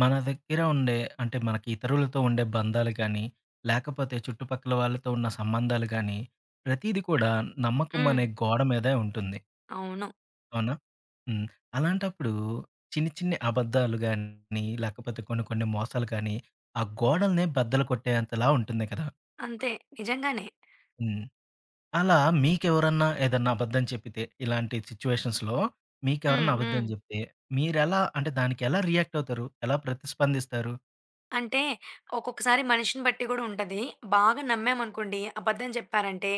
మన దగ్గర ఉండే అంటే మనకి ఇతరులతో ఉండే బంధాలు కానీ, లేకపోతే చుట్టుపక్కల వాళ్ళతో ఉన్న సంబంధాలు కానీ, ప్రతీది కూడా నమ్మకం హ్మ్. అనే గోడ మీదే ఉంటుంది. అవును. అవునా? హ్మ్. అలాంటప్పుడు చిన్ని చిన్ని అబద్ధాలు గాని, లేకపోతే కొన్ని కొన్ని మోసాలు కానీ, ఆ గోడల్నే బద్దలు కొట్టేంతలా ఉంటుంది కదా! అంతే నిజంగానే. హ్మ్. అలా మీకెవరన్నా ఏదన్నా అబద్ధం చెప్పితే, ఇలాంటి సిట్యుయేషన్స్‌లో హ్మ్. మీకెవరన్నా అబద్ధం హ్మ్. చెప్తే, మీరెలా అంటే దానికెలా రియాక్ట్ అవుతారు? ఎలా ప్రతిస్పందిస్తారు? అంటే ఒక్కొక్కసారి మనిషిని బట్టి గూడా ఉంటది. బాగా నమ్మామనుకోండి, అబద్ధం చెప్పారంటే,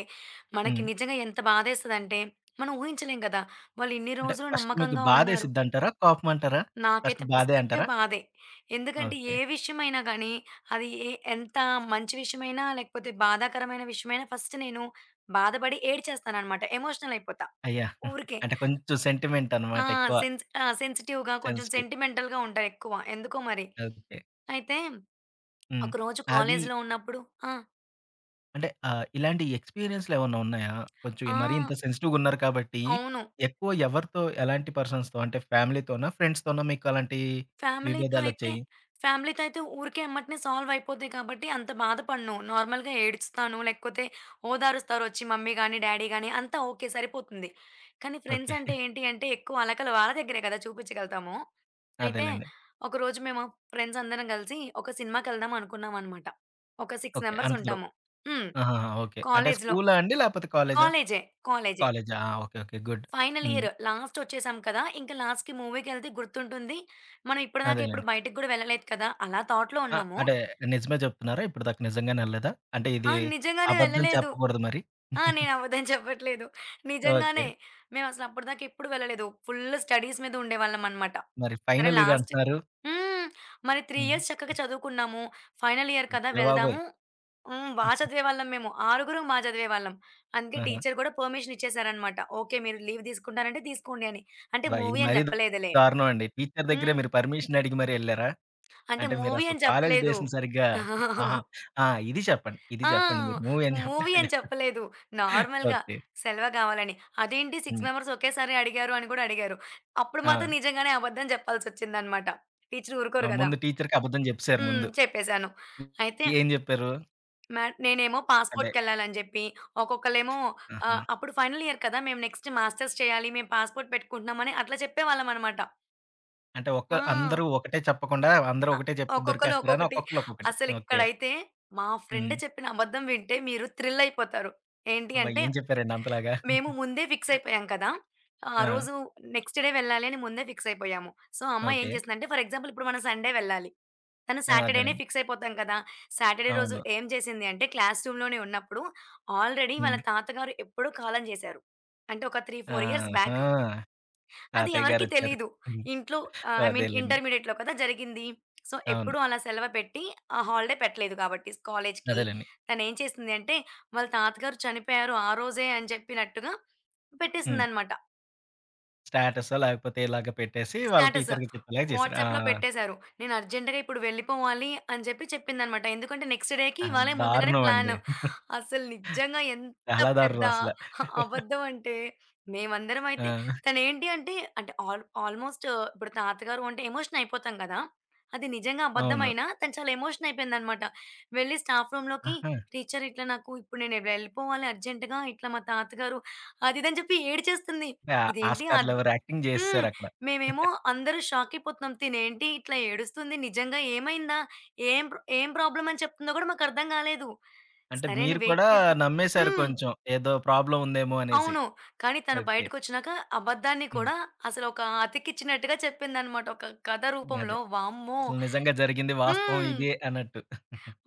మనకి హ్మ్. నిజంగా ఎంత బాధేస్తదంటే, మనం ఊహించలేం గదా! వాళ్ళు ఇన్ని అంటే రోజులు ఫస్ట్ మీకు నమ్మకంగా ఉన్నారు. బాధేసిద్దంటారా? కోపమంటారా? ఫస్ట్ నాకైతే బాధే ఫస్ట్ అంటారా? బాధే. ఎందుకంటే ఓకే. ఏ విషయమైనా గానీ, అది ఎంత మంచి విషయమైనా, లేకపోతే బాధాకరమైన విషయమైనా ఫస్ట్ నేను బాధపడి ఏడ్చేస్తాననమాట. ఎమోషనల్ అయిపోతా అయ్యా! ఊరికే. అంటే కొంచెం సెంటిమెంట్ ఆ! అనమాట ఎక్కువ. సెన్స్ ఆ! సెన్సిటివ్‌గా కొంచెం సెన్సిటివ్. సెంటిమెంటల్‌గా ఉంటారెక్కువ. ఎందుకో మరి. ఓకే. అయితే హ్మ్. ఒకరోజు అది కాలేజీలో ఉన్నప్పుడు ఆ! అంటే ఇలాంటి ఎక్స్‌పీరియన్స్‌లేమన్నా ఉన్నాయా? కొంచెం మరీ ఇంత ఆ! సెన్సిటివ్‌గున్నారు కాబట్టి, అవును. ఎక్కువ ఎవరితో, ఎలాంటి పర్సన్స్‌తో అంటే ఫ్యామిలీతోనా? ఫ్రెండ్స్‌తోనా మీకు అలాంటి ఫ్యామిలీతో అయితే విభేదాలొచ్చాయి? ఫ్యామిలీతో అయితే ఊరికే ఎమ్మటనే సాల్వ్ అయిపోతాయి కాబట్టి అంత బాధపడను. నార్మల్‌గా ఏడుస్తాను. లేకపోతే ఓదారుస్తారొచ్చి మమ్మీ గాని, డ్యాడీ గాని అంతా ఓకే సరిపోతుంది. కానీ ఫ్రెండ్స్ ఓకే. అంటే ఏంటి అంటే ఎక్కువ అలకలు వాళ్ళ దగ్గరే కదా చూపించగలుగుతాము. అయితే అదేలెండి. ఒకరోజు మేము ఫ్రెండ్స్ అందరం కలిసి ఒక సినిమాకెళ్దాం అనుకున్నామనమాట. ఒక 6 ఓకే. మెంబర్స్ అందరూ. ఉంటాము. హ్మ్. ఆహాహా! ఓకే. అంటే కాలేజ్‌లో. స్కూలా అండి? లేకపోతే కాలేజా? కాలేజే. కాలేజే. కాలేజా? ఆ! Okay. Okay. Good. Final hmm. Year last వచ్చేసాం కదా! ఇంక లాస్ట్‌కి మూవీకెళ్తే గుర్తుంటుంది. మనం ఇప్పటిదాకా ఎప్పుడు అదేలెండి. బయటికి కూడా వెళ్ళలేదు కదా! అలా థాట్‌లో ఆ! ఉన్నాము. అంటే నిజమే జెప్తున్నారా? ఇప్పటిదాకా నిజంగానే ఎళ్ళలేదా? అంటే ఇది ఆ! నిజంగానే అబద్ధం వెళ్ళలేదు. చెప్పకూడదు మరి. ఆ! నేను అబద్ధం చెప్పట్లేదు. ఓకే. నిజంగానే. మేమసలు అప్పటిదాకా ఎప్పుడు వెళ్ళలేదు. ఫుల్ స్టడీస్ మీద ఉండేవాళ్ళం అనమాట. మరి సరే ఫైనల్ ఇయర్ లాస్ట్ అంటున్నారు. హ్మ్. మరి 3 హ్మ్. ఇయర్స్ చక్కగా చదువుకున్నాము. ఫైనల్ ఇయర్ కదా! అయ్య బాబోయ్! వెళ్దాము హ్మ్. బా చదివేవాళ్ళం మేము. ఆరుగురు బా చదివేవాళ్ళం. అందుకే ఆహా! టీచర్ గూడా పర్మిషన్ ఇచ్చేసారనమాట. ఓకే. మీరు లీవ్ తీసుకుంటానంటే తీసుకోండి అని. అంటే అబ్బా! ఇది మూవీ అని మరీ చెప్పలేదులే. దారుణం అండి. టీచర్ దగ్గరే హ్మ్. మీరు పర్మిషన్ అడిగి మరి ఎళ్లారా? అంటే అంటే మూవీ మీరసలు అని కాలేజ్ చెప్పలేదు. డేస్‌ని సరిగ్గా ఆహా! ఆ! ఇది చెప్పండి. ఇది ఆ! చెప్పండి. మీరు మూవీ అని మూవీ చెప్పలేదు. అని చెప్పలేదు. నార్మల్‌గా ఓకే. సెలవ కావాలని. అదేంటి 6 హ్మ్. మెంబర్స్ ఒకేసారి అడిగారు అని గూడా అడిగారు. అప్పుడు ఆ! మాత్రం నిజంగానే అబద్ధం చెప్పాల్సొచ్చిందనమాట. టీచర్ ఆ! ఊరుకోరు గదా! ముందు టీచర్‌కి అబద్ధం జెప్పేసారు హ్మ్. ముందు. చెప్పేసాను. అయితే ఏం జెప్పారు? మ్యాట్ నేనేమో అంటే పాస్‌పోర్ట్‌కెళ్ళాలని జెప్పి, ఒక్కొక్కళ్ళేమో ఆహా! ఆహ్, అప్పుడు ఫైనల్ ఇయర్ కదా! మేము నెక్స్ట్ మాస్టర్స్ చేయాలి. మేము పాస్‌పోర్ట్ పెట్టుకుంటున్నామని అట్లా చెప్పేవాళ్ళమనమాట. అంటే ఒక్క ఆ! అందరూ ఒకటే చెప్పకుండా, అందరూ అ ఒకటే చెప్తే ఒక్కొక్కళ్ళు దొరికేస్తారని ఒక్కొక్కటి. ఒక్కొక్కళ్ళు ఒక్కొక్కటి. ఓకే. అసలిక్కడైతే మా ఫ్రెండ్ హ్మ్. చెప్పిన అబద్ధం వింటే మీరు థ్రిల్ అయిపోతారు. ఏంటి అబ్బా! అంటే, ఏం చెప్పారండి అంతలాగా? మేము ముందే ఫిక్స్ అయిపోయాం కదా! ఆ ఆ! రోజు నెక్స్ట్ డే వెళ్ళాలి అని ముందే ఫిక్స్ అయిపోయాము. సో, అమ్మాయి ఏం ఓకే. చేసిందంటే ఫర్ ఎగ్జాంపుల్ ఇప్పుడు మనం సండే వెళ్ళాలి. తను ఆ! సాటర్‌డే‌నే అదేలెండి. ఫిక్స్ అయిపోతాం కదా! సాటర్‌డే రోజు అవును. ఏం చేసింది అంటే, క్లాస్ రూమ్‌లోనే ఉన్నప్పుడు ఆల్రెడీ వాళ్ళ హ్మ్. తాతగారు ఎప్పుడో కాలం చేశారు. అంటే ఒక 3, 4 ఇయర్స్ బ్యాక్. ఆహా! అది తాతయ్య ఎవరికీ గారొచ్చారు. తెలీదు. హ్మ్. ఇంట్లో ఆహ్, ఐ మీన్ అదేలెండి. ఇంటర్మీడియేట్‌లో కదా జరిగింది. సో, అవును. ఎప్పుడూ అలా సెలవు పెట్టి ఆహ్, హాలిడే పెట్టలేదు కాబట్టి కాలేజికి. అదేలెండి. తనేం చేసింది అంటే, వాళ్ళ తాతగారు చనిపోయారు ఆ రోజే అని చెప్పినట్టుగా హ్మ్. పెట్టేసిందనమాట. స్టేటసో లేకపోతే ఇలాగ పెట్టేసి వాళ్ళ స్టేటస్. టీచర్‌కి చెప్పేలాగా చేశారు. ఆ! వాట్సాప్‌లో పెట్టేశారు. నేను అర్జెంట్‌గా ఇప్పుడు వెళ్ళిపోవాలి అని చెప్పి చెప్పిందనమాట. ఎందుకంటే నెక్స్ట్ డేకి ఆ! ఇవాళే ముందుగానే దారుణం అండి. ప్లాను. అసలు నిజంగా ఎంత చాలా పెద్ద దారుణం అసల. అబద్ధం అంటే మేమందరం అయితే ఆ! తనేంటి అంటే, అంటే ఆల్‌మోస్ట్ ఇప్పుడు తాతగారు అంటే ఎమోషన్ అయిపోతాం కదా! అది నిజంగా అవును. అబద్ధమైనా తను చాలా ఎమోషన్ అయిపోయిందనమాట. వెళ్ళి స్టాఫ్ రూమ్‌లోకి ఆహా! టీచర్ ఇట్లా నాకు ఇప్పుడు నేను వెళ్ళిపోవాలి అర్జెంట్‌గా ఇట్లా మా తాతగారు అది ఇది అని చెప్పి ఏడ్చేస్తుంది. అంటే ఇదేంటి అద్ ఆస్కార్‌లెవరో యాక్టింగ్ హ్మ్. చేసేసారక్కడ. మేమేమో అందరూ షాకయిపోతున్నాం. తినేంటి ఇట్లా ఏడుస్తుంది? నిజంగా ఏమైందా? ఏం ప్రాబ్లమ్ అని చెప్తుందో గూడా మాకర్థం గాలేదు. అంటే సరే అని మీరు వెయిట్ కూడా చేసి నమ్మేసారు హ్మ్. కొంచెం. ఏదో ప్రాబ్లమ్ ఉందేమో అనేసి. అవును. కానీ తను ఓకే. బయటకొచ్చినాక అబద్ధాన్ని హ్మ్. కూడా అసలొక అతికిచ్చినట్టుగా చెప్పిందనమాట. ఒక కథ అదే. రూపంలో వామ్మో! అసలు నిజంగా జరిగింది వాస్తవం హ్మ్. ఇదే అన్నట్టు.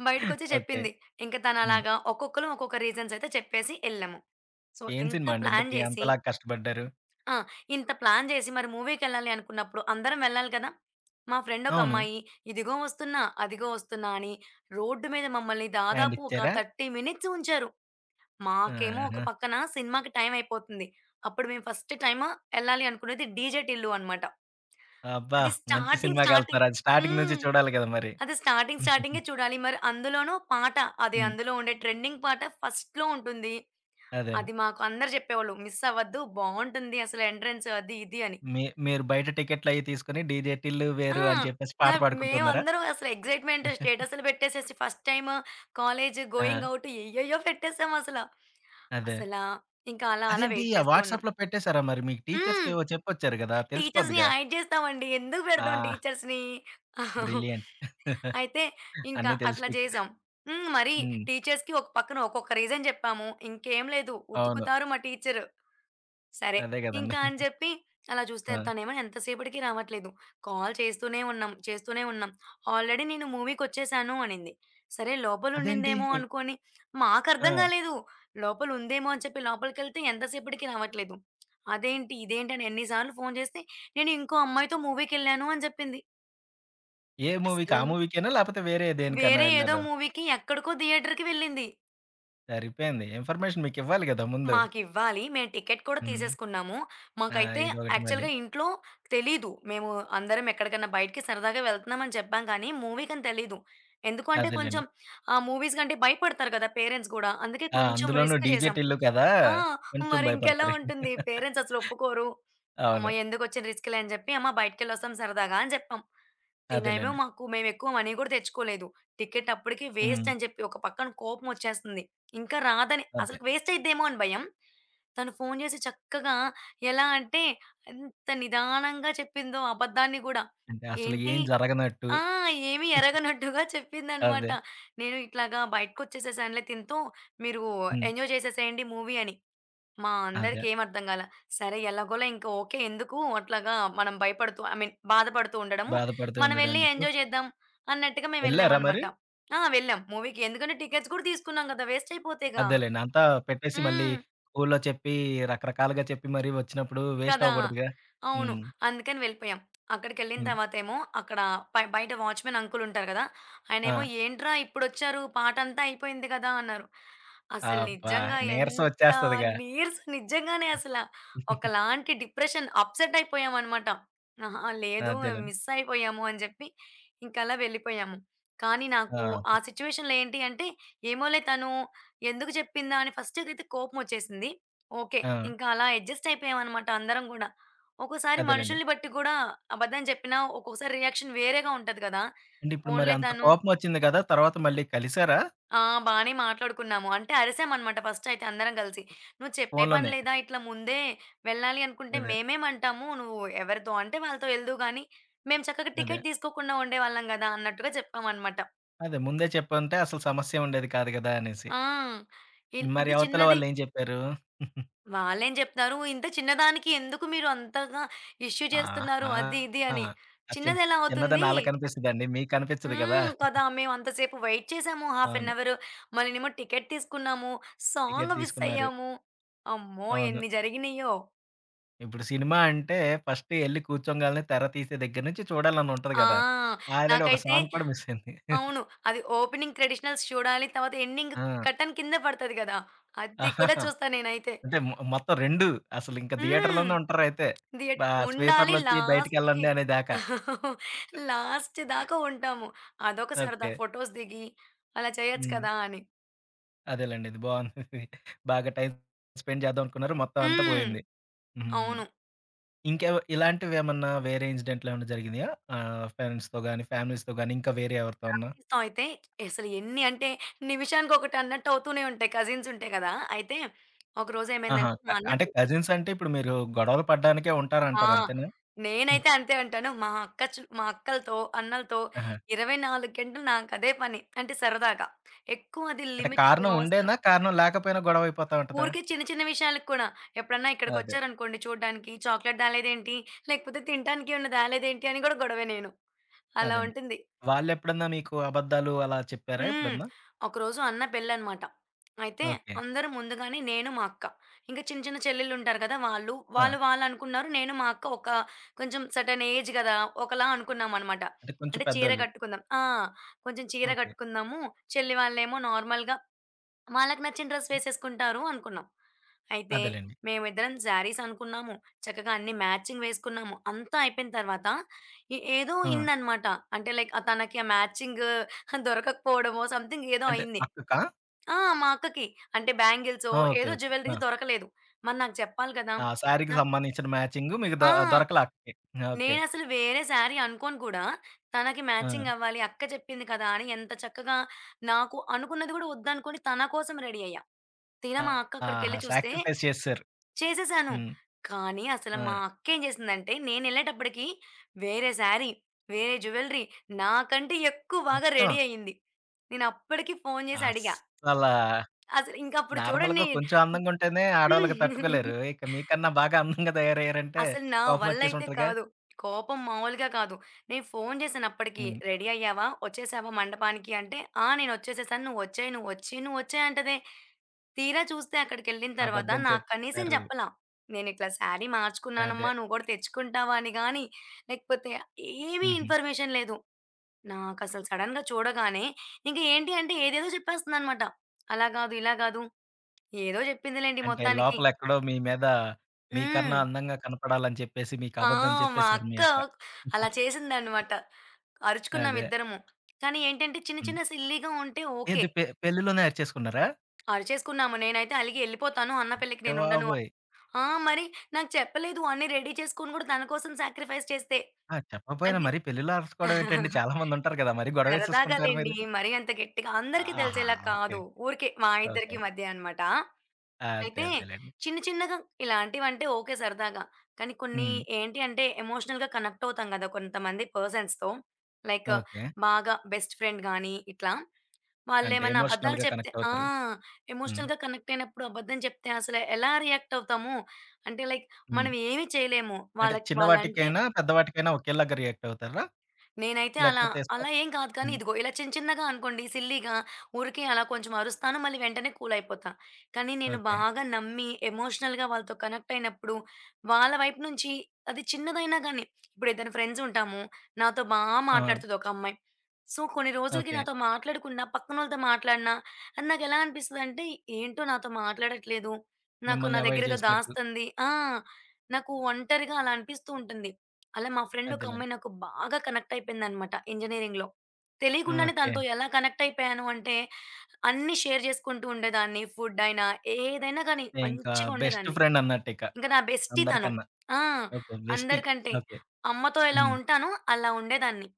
బయటకొచ్చి ఓకే. చెప్పింది. ఇంక హ్మ్. తనలాగా ఒక్కొక్కలం ఒక్కొక్క రీజన్స్ అయితే చెప్పేసి ఎళ్ళాము. సో, ఏం ఇంత సినిమా అండి ప్లాన్ ఇంతకి జేసి అంతలా కష్టపడ్డారు? ఆ! ఇంత ప్లాన్ జేసి మరి మూవీకెళ్ళాలి అనుకున్నప్పుడు అందరం వెళ్ళాలి కదా! మా ఫ్రెండ్ ఒక అవును. అమ్మాయి ఇదిగో వస్తున్నా, అదిగో వస్తున్నా అని రోడ్డు మీద మమ్మల్ని హ్యాండ్ దాదాపు ఒక ఇచ్చారా? 30 మినిట్స్ ఉంచారు. మాకేమో ఒక ఆహా! పక్కన సినిమాకి టైం అయిపోతుంది. అప్పుడు మేము ఫస్ట్ టైమ్ ఎళ్ళాలి అనుకున్నది డీజే టిల్లు అనమాట. అబ్బా! అది మంచి స్టార్టింగ్ స్టార్టింగ్ సినిమాకెళ్తున్నారు. అది స్టార్టింగ్ నుంచి హ్మ్. చూడాలి కదా మరి. అది స్టార్టింగ్ స్టార్టింగే చూడాలి. మరి అందులోనూ పాట అది హ్మ్. అందులో ఉండే ట్రెండింగ్ పాట ఫస్ట్‌లో ఉంటుంది. అదే. అది మాకు అందరూ చెప్పేవాళ్ళు మిస్ అవ్వద్దు బావుంటుంది అసలు ఎంట్రన్స్ అది ఇది అని. మీరు బయట టికెట్లయి తీసుకొని డీజే 'టిల్లు ఆ! వేరు' అని చెప్పేసి పాట ఇంగ పాడుకుంటున్నారా? మేమందరం అసలు ఎక్సైట్‌మెంట్ స్టేటస్‌లు పెట్టేసేసి ఫస్ట్ టైమ్ కాలేజ్ గోయింగ్ ఆ! ఔట్ ఏయ్యేయ్యో పెట్టేసామసల. అదే. అసలా ఇంకా అలా అలా అదేంటి వెయిట్ ఆ చేస్తూ ఉన్నాం. వాట్సాప్‌లో పెట్టేసారా మరి? మీకు హ్మ్. టీచర్స్‌కేవో చెప్పొచ్చారు గదా! టీచర్స్‌ని తెలిసిపోద్దిగా. హైడ్ చేస్తామండి. ఎందుకు ఆ! పెడతాం టీచర్స్‌ని? బ్రిలియంట్. అయితే ఇంకా అన్నీ తెలుసు అట్లా మీకు. చేసాం. హ్మ్. మరి హ్మ్. టీచర్స్‌కి ఒక పక్కన ఒక్కొక్క రీజన్ చెప్పాము. ఇంకేం లేదు అవును. ఉతుకుతారు మా టీచరు. సరే. అదే గదండీ. ఇంకా అని జెప్పి అలా చూస్తే ఆ! తనేమో ఎంతసేపటికి రావట్లేదు. కాల్ చేస్తూనే ఉన్నాం, చేస్తూనే ఉన్నాం. ఆల్రెడీ నేను మూవీకొచ్చేసాను అనింది. సరే అదేంటి? లోపలుండిందేమో అనుకోని మాకర్థం ఆ! గాలేదు. లోపలుందేమో అని చెప్పి లోపలికెళ్తే ఎంతసేపటికి రావట్లేదు. అదేంటి? ఇదేంటి? అని ఎన్ని సార్లు ఫోను చేస్తే నేను ఇంకో అమ్మాయితో మూవీకెళ్ళాను అని జెప్పింది. ఏ మూవీకి? అసలు ఆ మూవీకేనా? లేపోతే వేరే దేనికన్నా వేరే ఏదో ఎళ్లారా? మూవీకి ఎక్కడికో థియేటర్‌కి వెళ్ళింది. సరిపోయింది. ఇన్ఫర్మేషన్ మీకివ్వాలి గదా! ముందు. మాకివ్వాలి. మేము టికెట్ కూడా హ్మ్. తీసేసుకున్నాము. ఆ! మాకైతే ఇదొకటి మళ్ళీ. యాక్చువల్‌గా ఇంట్లో తెలీదు. మేము అందరం ఎక్కడికన్నా బయటికి సరదాగా వెళ్తున్నామని చెప్పాం కానీ, మూవీకని తెలీదు. ఎందుకు అంటే అదేలెండి. కొంచెం ఆ మూవీస్ కంటే భయపడతారు కదా పేరెంట్స్ గూడా. అందుకే ఆ! కొంచెం అందులోనూ రిస్క్ డీజే చేసాం. టిల్లు కదా! ఆ! కొంచెం మరింకెలా భయపడతారు. ఉంటుంది. పేరెంట్స్ అసలు ఒప్పుకోరు. అమ్మో! అవును. ఎందుకొచ్చిన రిస్క్‌లే అని చెప్పి, అమ్మ బయటికెళ్ళొస్తాం సరదాగా అని చెప్పాం. తినేమో అదేలెండి. మాకు మేమెక్కువ మనీ కూడా తెచ్చుకోలేదు. టికెట్ అప్పటికి వేస్ట్ హ్మ్. అని చెప్పి ఒక పక్కన కోపం వచ్చేస్తుంది. ఇంకా రాదని అదే. అసలు వేస్ట్ అయిద్దేమో అని భయం. తను ఫోను చేసి చక్కగా ఎలా అంటే ఎంత నిదానంగా చెప్పిందో అబద్ధాన్ని కూడా. అంటే అసలు ఏంటి ఏం జరగనట్టు. ఆ! ఏమి ఎరగనట్టుగా చెప్పిందనమాట. అదే. నేను ఇట్లాగా బయటకొచ్చేసేసానులే తినతో, మీరు హ్మ్. ఎంజాయ్ చేసేసేయండి మూవీ అని. మా అదే. అందరికి ఏం అర్థం కాల. సరే ఎలాగోలా ఇంక ఓకే. ఎందుకు అట్లాగా మనం భయపడుతూ ఐ మీన్ బాధపడుతూ ఉండడము. బాధపడుతూ మనం ఉండడం వెళ్లి ఎందుకు. ఎంజాయ్ చేద్దాం అన్నట్టుగా ఎళ్లారా మరి? మేమెళ్ళామనమాట. ఆ! వెళ్ళాం మూవీకి. ఎందుకంటే టికెట్స్ కూడా తీసుకున్నాం కదా! వేస్ట్ అయిపోతేగా. అదేలెండి. అంతా పెట్టేసి మళ్ళీ హ్మ్. స్కూల్లో చెప్పి రకరకాలుగా చెప్పి మరి వచ్చినప్పుడు వేస్ట్ కదా! అవ్వకూడదుగా. అవును. హ్మ్. అందుకని వెళ్ళిపోయాం. అక్కడికెళ్ళిన హ్మ్. తర్వాతేమో అక్కడ బయట వాచ్‌మెన్ అంకుల్ ఉంటారు గదా! ఆయనేమో ఆ! "ఏంట్రా ఇప్పుడొచ్చారు పాటంతా అయిపోయింది గదా!" అన్నారు. అసలు అబ్బా! నిజంగా నీరసం ఎంత వచ్చేస్తదిగా. నీరసం నిజంగానే అసల. ఒకలాంటి డిప్రెషన్ అప్‌సెట్ అయిపోయామనమాట. అహా! లేదు అదేలెండి. మిస్ అయిపోయాము అని జెప్పి ఇంకలా వెళ్ళిపోయాము. కానీ నాకు ఆ ఆ! సిట్యుయేషన్‌లో ఏంటి అంటే, ఏమోలే తను ఎందుకు చెప్పిందా అని ఫస్ట్‌కైతే కోపమొచ్చేసింది. ఓకే. ఆ! ఇంకా అలా అడ్జస్ట్ అయిపోయామనమాట అందరం గూడా. ఒక్కోసారి అదేలెండి. మనుషుల్ని బట్టి గూడా అబద్ధం చెప్పినా ఒక్కొక్కసారి రియాక్షన్ వేరేగా ఉంటది గదా! అంటే ఇప్పుడు మరి పోన్లే అంత తను కోపమొచ్చింది కదా! తర్వాత మళ్ళీ కలిసారా? ఆ! బానే మాట్లాడుకున్నాము. అంటే అరిసామనమాట ఫస్ట్ అయితే అందరం గలిసి. "నువ్వు చెప్పే పని ఫోన్‌లోనే. లేదా? ఇట్లా ముందే వెళ్ళాలి అనుకుంటే అదే. మేమేమంటాము? నువ్వు ఎవరితో అంటే వాళ్ళతో ఎళ్దువు గానీ, మేము చక్కగా అదే. టికెట్ తీసుకోకుండా ఉండేవాళ్ళం గదా!" అన్నట్టుగా చెప్పామనమాట. అదే ముందే చెప్పుంటే అసలు సమస్య ఉండేది కాదు కదా! అనేసి. ఆ! మరి ఇది అవతల చిన్నది వాళ్ళేం చెప్పారు? వాళ్ళేం జెప్తారు, ఇంత చిన్నదానికి ఎందుకు మీరు అంతగా ఇష్యూ చేస్తున్నారు ఆహా! అది ఇది అని. ఆ చిన్న చిన్నదెలా చిన్నదని అవుతుంది? ఆళ్ళకనిపిస్తదండి. మీకనిపించదు కదా! హ్మ్. కదా! మేమంతసేపు వెయిట్ చేసాము. హాఫ్ ఎన్ అవును. అవర్. మళ్ళీనేమో టికెట్ తీసుకున్నాము. టికెట్ సాంగ్ మిస్ తీసుకున్నారు. అయ్యాము. అమ్మో! అవును. ఎన్ని జరిగినియ్యో. ఇప్పుడు సినిమా అంటే ఫస్ట్ ఎళ్లి కూర్చోంగాల్నే తెర తీసే దగ్గర నుంచి చూడాలని ఉంటది ఆ! కదా! ఆల్రెడీ ఒక నాకైతే సాంగ్ కూడా మిస్ అయింది. అవును. అది ఓపెనింగ్ ట్రెడిషనల్స్ చూడాలి. తర్వాత ఎండింగ్ ఆ! కర్టెన్ కింద పడతది గదా! అది కూడా ఆహాహా! చూస్తా నేనైతే. అంటే మొత్తం 2 అసలింక హ్మ్. థియేటర్‌లోనే ఉంటారయితే. థియేట బా ఉండాలి స్వీపర్‌లొచ్చి లాస్ట్‌కి. బయటికెళ్ళండి అనేదాకా. లాస్ట్ దాకా ఉంటాము. అదొక సరదా ఓకే. ఫోటోస్ దిగి అలా చేయొచ్చు హ్మ్. కదా! అని. అదేలెండి. ఇది బావుంది. బాగా టైమ్ స్పెండ్ చేద్దామనుకున్నారు. మొత్తం అంతా హ్మ్. పోయింది. హ్మ్. అవును. ఇంకేవ ఇలాంటివేమన్నా వేరే ఇన్సిడెంట్‌లేమన్నా జరిగినాయా? ఫ్రెండ్స్‌తో గాని, ఫ్యామిలీస్‌తో గాని ఇంకా వేరే ఎవరితో అన్నా? ఫ్యామిలీస్‌తో అయితే అసలు ఎన్ని అంటే నిమిషానికొకటి అన్నట్టు అవుతూనే ఉంటాయి. కజిన్స్ ఉంటాయి కదా! అయితే ఒకరోజు ఆహా! ఏమైందంటే క మా అన్న అంటే పెళ్లి. కజిన్స్ అంటే ఇప్పుడు మీరు గొడవలు పడడానికే ఆ! ఉంటారంటారు అంతేనా? హ్మ్. నేనైతే అంతే అంటాను. మా అక్కలతో, అన్నలతో ఆహా! 24 గంటలు నాకు అదే పని. అంటే సరదాగా. ఎక్కువ అది అంటే లిమిట్ కారణం క్రాస్ ఉండేనా? కారణం లేకపోయినా గొడవయిపోతా ఉంటదా? ఊరికే చిన్న చిన్న విషయాలకు కూడా. ఎప్పుడన్నా అదే. ఇక్కడికొచ్చారనుకోండి చూడ్డానికి, "చాక్లెట్ తేలేదేంటి? లేకపోతే తినటానికి ఏమన్నా తేలేదేంటి?" అని గూడా గొడవే నేను. అలా అదండి. ఉంటుంది. వాళ్ళెప్పుడన్నా మీకు అబద్ధాలు అలా చెప్పారా హ్మ్. ఎప్పుడన్నా? ఒకరోజు అన్న పెళ్ళనమాట. అయితే ఓకే. అందరూ ముందుగానే నేను, మా అక్క, ఇంకా చిన్న చిన్న చెల్లెళ్ళుంటారు కదా! వాళ్ళు, ఆ! వాళ్ళు వాళ్ళనుకున్నారు. నేను, మా అక్క ఒక కొంచెం సెర్టైన్ ఏజ్ గదా! ఒకలా అనుకున్నామనమాట. అంటే కొంచెం అంటే చీర పెద్దోళ్ళు. కట్టుకుందాం. ఆ! కొంచెం చీర ఓకే. కట్టుకుందాము. చెల్లి వాళ్ళేమో నార్మల్‌గా వాళ్ళకి నచ్చిన డ్రెస్ వేసేసుకుంటారు అనుకున్నాం. అయితే అదేలెండి. మేమిద్దరం శారీస్ అనుకున్నాము. చక్కగా అన్ని మ్యాచింగ్ వేసుకున్నాము. అంతా అయిపోయిన తర్వాత ఏదో ఆ! అయిందనమాట. అంటే లైక్ తనకి ఆ మ్యాచింగ్ దొరకకపోవడమో సంథింగ్ ఏదో అంటే అయింది. అక్కకా? ఆ! మా అక్కకి. అంటే బ్యాంగిల్సో ఓకే. ఏదో ఓకే. ఆ! జ్యువెల్లరీ దొరకలేదు. మరి నాకు చెప్పాలి కదా! ఆ శారీకి నాకు సంబంధించిన మ్యాచింగు మీకు దొ ఆ! దొరకలా అక్కకి. ఓకే. నేనసలు వేరే శారీ అనుకోను కూడా. తనకి ఆ! మ్యాచింగ్ అవ్వాలి. అక్క చెప్పింది కదా! అని ఎంత చక్కగా నాకు అనుకున్నది కూడా వద్దనుకోని తన కోసం రెడీ అయ్యా. తీరా మా అక్క ఆహా! అక్కడికెళ్లి చూస్తే సాక్రిఫైస్ చేసేసారు. చేసేసాను. హ్మ్. కానీ అసలు ఆ! మా అక్కేం చేసిందంటే నేనెళ్ళేటప్పటికి వేరే శారీ, వేరే జ్యువెల్లరీ నాకంటే ఎక్కువ బాగా మొత్తం రెడీ అయింది. నేనప్పటికి ఫోను చేసి అడిగా. అస్సలా అసలు ఇంకప్పుడు నార్మల్‌గా చూడండి కొంచెం అందంగుంటేనే ఆడోళ్ళకి హ్మ్. తట్టుకోలేరు. ఇక మీకన్నా బాగా అందంగా తయారయ్యారంటే అసలు నా కోపమొచ్చేసి వల్లయితే ఉంటదిగా? కాదు. కోపం మామూలుగా కాదు. నేను ఫోను చేశానప్పటికి, హ్మ్. "రెడీ అయ్యావా? ఒచ్చేసావా మండపానికి?" అంటే, "ఆ! నేనొచ్చేసేసాను. నువ్వొచ్చేయి, నువ్వొచ్చేయి, నువ్వొచ్చేయి" అంటదే. తీరా చూస్తే అక్కడికెళ్ళిన తర్వాత అబద్ధం నాకు కనీసం చెప్పారు. జెప్పలా. నేనిట్లా శారీ అదే. మార్చుకున్నానమ్మా, నువ్వు గూడా తెచ్చుకుంటావా అని గానీ, లేకపోతే ఏమీ హుహు. ఇన్ఫర్మేషన్ లేదు. నాకసలు సడెన్‌గా చూడగానే ఇంక ఏంటి అంటే ఏదేదో చెప్పేస్తుందనమాట. అలా గాదు, ఇలా గాదు, ఏదో జెప్పిందిలెండి అంటే మొత్తానికి. లోపలెక్కడో మీ మీద హ్మ్. మీకన్నా అందంగా కనపడాలని చెప్పేసి మీకు ఆ! అబద్ధం మా చెప్పేసారు మీ అక్క అక్క. అలా చేసిందనమాట. అదే. అరుచుకున్నామిద్దరము. కానీ ఏంటంటే చిన్న హ్మ్. చిన్న సిల్లీగా ఉంటే ఓకే. ఏది పెళ్లిలోనే అరిచేసుకున్నారా? అరిచేసుకున్నాము. నేనైతే అలిగి ఎళ్ళిపోతాను. అన్న పెళ్ళికి అయ్య నేనుండను. బాబోయ్! ఆ! మరి నాకు చెప్పలేదు. అన్నీ రెడీ చేసుకొని కూడా తన కోసం సాక్రిఫైస్ చేస్తే. ఆ! చెప్పకపోయినా అంటే మరీ పెళ్లిలో అరుచుకోవడం ఏంటండి? చాలా మందుంటారు కదా! మరి సరదాగా గొడవేసేసుకుంటారు లెండి. మీరు. మరీ అంత గట్టిగా అందరికీ ఆహా! తెలిసేలా ఓకే. కాదు. ఊరికే మా ఓకే. ఇద్దరికి మధ్య అనమాట. అదే అయితే అదేలెండి. చిన్న చిన్నగా ఇలాంటివంటే ఓకే సరదాగా. కానీ కొన్ని హ్మ్. ఏంటి అంటే ఎమోషనల్‌గా కనెక్ట్ అవుతాం గదా! కొంతమంది పర్సన్స్‌తో. Like okay. బాగా బెస్ట్ ఫ్రెండ్ గానీ ఇట్లా. అంటే వాళ్ళేమన్నా అబద్ధాలు ఎమోషనల్‌గా చెప్తే కనెక్ట్ ఆ! అవుతారు. హ్మ్. ఎమోషనల్‌గా కనెక్ట్ అయినప్పుడు అబద్ధం చెప్తే అసలు ఎలా రియాక్ట్ అవుతాము? అంటే లైక్ హ్మ్. మనం ఏమి చేయలేము. అంటే వాళ్ళకి చిన్న వాళ్ళంటే వాటికైనా, పెద్ద వాటికైనా ఒకేలాగా రియాక్ట్ అవుతారా? నేనైతే అలా, లేకపోతే స అలా ఏం కాదు కానీ హ్మ్. ఇదిగో ఇలా చిన్న చిన్నగా అనుకోండి సిల్లీగా ఊరికే అలా కొంచెం అరుస్తాను. మళ్ళీ వెంటనే కూల్ అయిపోతా. కానీ నేను ఓకే. బాగా నమ్మి ఎమోషనల్‌గా వాళ్ళతో కనెక్ట్ అయినప్పుడు వాళ్ళ వైపు నుంచి అది చిన్నదైనా గాని ఇప్పుడు ఇద్దరు ఫ్రెండ్స్ ఉంటాము. నాతో బా ఆ! మాట్లాడుతది ఒక అమ్మాయి. సో, కొన్ని రోజులకి ఓకే. నాతో మాట్లాడకుండా పక్కనోళ్ళతో మాట్లాడినా అది నాకెలా అనిపిస్తదంటే ఏంటో నాతో మాట్లాడట్లేదు. నాకు నా మిమ్మల్ని దగ్గర అవాయిడ్ ఏదో చేసినట్టు. దాస్తుంది. ఆ! నాకు ఒంటరిగా అలా అనిపిస్తూ ఉంటుంది. అలా మా ఫ్రెండ్ ఒక అదేలెండి. అమ్మాయి నాకు బాగా కనెక్ట్ అయిపోయిందనమాట ఇంజినీరింగ్‌లో. తెలియకుండానే ఓకే. తనతో ఎలా కనెక్ట్ అయిపోయాను అంటే, అన్నీ షేర్ చేసుకుంటూ ఉండేదాన్ని. ఫుడ్ అయినా, ఏదైనా కానీ ఇంకా మంచిగా బెస్ట్ ఉండేదాన్ని. ఫ్రెండ్ అన్నట్టిక ఇంక నా బెస్టీ తను. అందరికన్నా. ఆ! ఓకే. బెస్టీ. అందరికంటే. ఓకే. అమ్మతో ఎలా హ్మ్. ఉంటానో అలా ఉండేదాన్ని.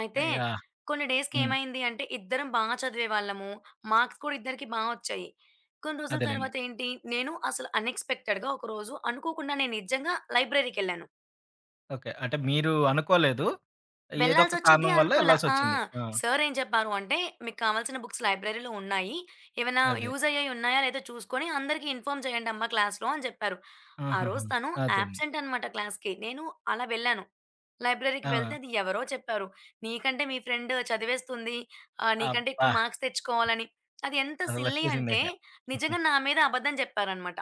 అయితే యాహ్! కొన్ని డేస్‌కి హ్మ్. ఏమైంది అంటే, ఇద్దరం బాగా చదివేవాళ్ళము. మార్క్స్ కూడా ఇద్దరికీ బా వచ్చాయి. కొన్ని రోజుల అదేలెండి. తర్వాత ఏంటి, నేను అసలు అన్‌ఎక్స్‌పెక్టెడ్‌గా ఒకరోజు అనుకోకుండా నేను నిజంగా లైబ్రరీకెళ్ళాను. ఓకే. అంటే మీరు అనుకోలేదు. ఏదో ఒక వెళ్ళాల్సొచ్చిద్ది కారణం వల్ల అనుకోలా. ఆ! ఎళ్ళాల్సొచ్చింది. ఆ! సారేం చెప్పారు అంటే, "మీకు కావాల్సిన బుక్స్ లైబ్రరీలో ఉన్నాయి. ఏమైనా అదే. యూజ్ అయ్యేయి ఉన్నాయా? లేదో చూసుకొని అందరికీ ఇన్ఫార్మ్ చేయండమ్మా క్లాస్‌లో" అని చెప్పారు. ఆ ఆహాహా! రోజు తను అదేలెండి. యాబ్సెంట్ అనమాట క్లాస్‌కి. నేను అలా వెళ్ళాను. లైబ్రరీకి వెళ్తే ఆ! అది ఎవరో చెప్పారు. నీకంటే మీ ఫ్రెండ్ చదివేస్తుంది. ఆహ్, నీకంటే అబ్బా! ఎక్కువ మార్క్స్ తెచ్చుకోవాలని. అది ఎంత సిల్లీ అంటే అసలొచ్చేసిందిక. నిజంగా నా మీద అబద్ధం చెప్పారన్నమాట.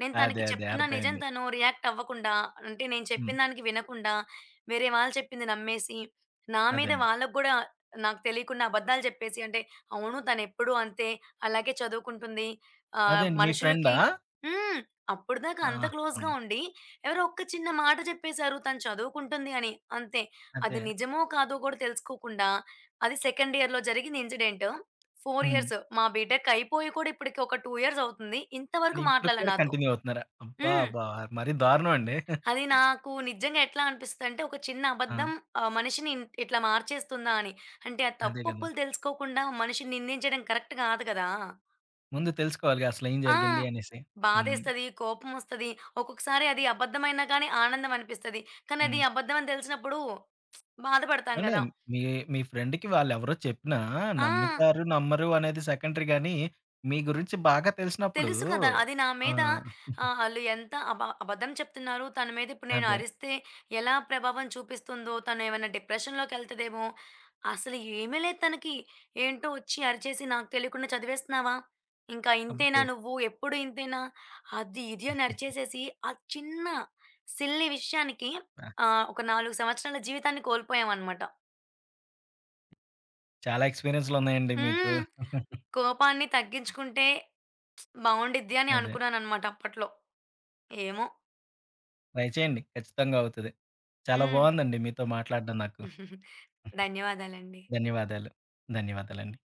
నేను అదే. తనకి అదే. చెప్తున్న నిజం అర్థమైంది. తను రియాక్ట్ అవ్వకుండా అంటే నేను హ్మ్. చెప్పిన దానికి వినకుండా వేరే వాళ్ళు చెప్పింది నమ్మేసి, నా మీద అదండి. వాళ్ళకి గూడా నాకు తెలియకుండా అబద్ధాలు చెప్పేసి అంటే అవును తనెప్పుడూ అంతే అలాగే చదువుకుంటుంది. ఆహ్, అదేండి మీ ఫ్రెండా? మనుషులకి హ్మ్. అప్పటిదాకా అంత ఆహా! క్లోజ్‌గా ఉండి ఎవరో ఒక్క చిన్న మాట చెప్పేశారు తను చదువుకుంటుంది అని. అంతే. అదే. అది నిజమో కాదో కూడా తెలుసుకోకుండా అది సెకండ్ ఇయర్‌లో జరిగిన ఇన్సిడెంట్. 4 హ్మ్. ఇయర్స్ మా బీటెక్ అయిపోయి కూడా ఇప్పటికి ఒక 2 ఇయర్స్ అవుతుంది. అంటే ఇంతవరకు ఇప్పటికి మాట్లాడలే కూడా నాతో. కంటిన్యూ అవుతున్నారా? అబ్బా! హ్మ్. అబ్బా! మరీ దారుణం అండి. అది నాకు నిజంగా ఎట్లా అనిపిస్తదంటే ఒక చిన్న ఆ! అబద్ధం ఆహ్, మనిషిని ఇట్లా మార్చేస్తుందా అని. అంటే ఆ అదే కదా! తప్పుొప్పులు తెలుసుకోకుండా మనిషిని నిందించడం కరెక్ట్ కాదు కదా! ముందు తెలుసుకోవాలిగా అసలేం ఆ! జరిగింది అనేసి. హ్మ్. బాధేస్తది, కోపమొస్తది. ఒక్కొక్కసారి అది అబద్ధమైనా కానీ ఆనందం అనిపిస్తది. కానీ అది హ్మ్. అబద్ధం అని తెలిసినప్పుడు బాధపడతాం అంటే గదా! మీ మీ ఫ్రెండ్‌కి వాళ్ళెవరో చెప్పినా ఆ! నమ్ముతారు, నమ్మరు అనేది సెకండరీ గానీ, మీ గురించి బాగా తెలిసినప్పుడు తెలుసు కదా! అది నా ఆ! మీద ఆహ్, ఆళ్ళు ఎంత అబద్ధం చెప్తున్నారు. తన మీద ఇప్పుడు నేను అదే. అరిస్తే ఎలా ప్రభావం చూపిస్తుందో, తను ఏమైనా డిప్రెషన్‌లోకెళ్తదేమో! అసలు ఏమీ లేదు తనకి. ఏంటో వచ్చి అరిచేసి నాకు తెలియకుండా చదివేస్తున్నావా? ఇంకా ఇంతేనా అబ్బో! నువ్వు? ఎప్పుడు ఇంతేనా? అది ఇది అని అరిచేసేసి ఆ చిన్న సిల్లీ విషయానికి ఆ! ఆహ్, ఒక 4 సంవత్సరాల జీవితాన్ని కోల్పోయామనమాట. చాలా ఎక్స్‌పీరియన్స్‌లున్నాయండి మీకు. హ్మ్. కోపాన్ని తగ్గించుకుంటే బావుండిద్ది అని అదే. అనుకున్నాననమాట అప్పట్లో. ఏమో! ట్రై చేయండి. ఖచ్చితంగా అవుతది. చాలా హ్మ్. బావుందండి మీతో మాట్లాడడం నాకు. ధన్యవాదాలండి. ధన్యవాదాలు. ధన్యవాదాలండి.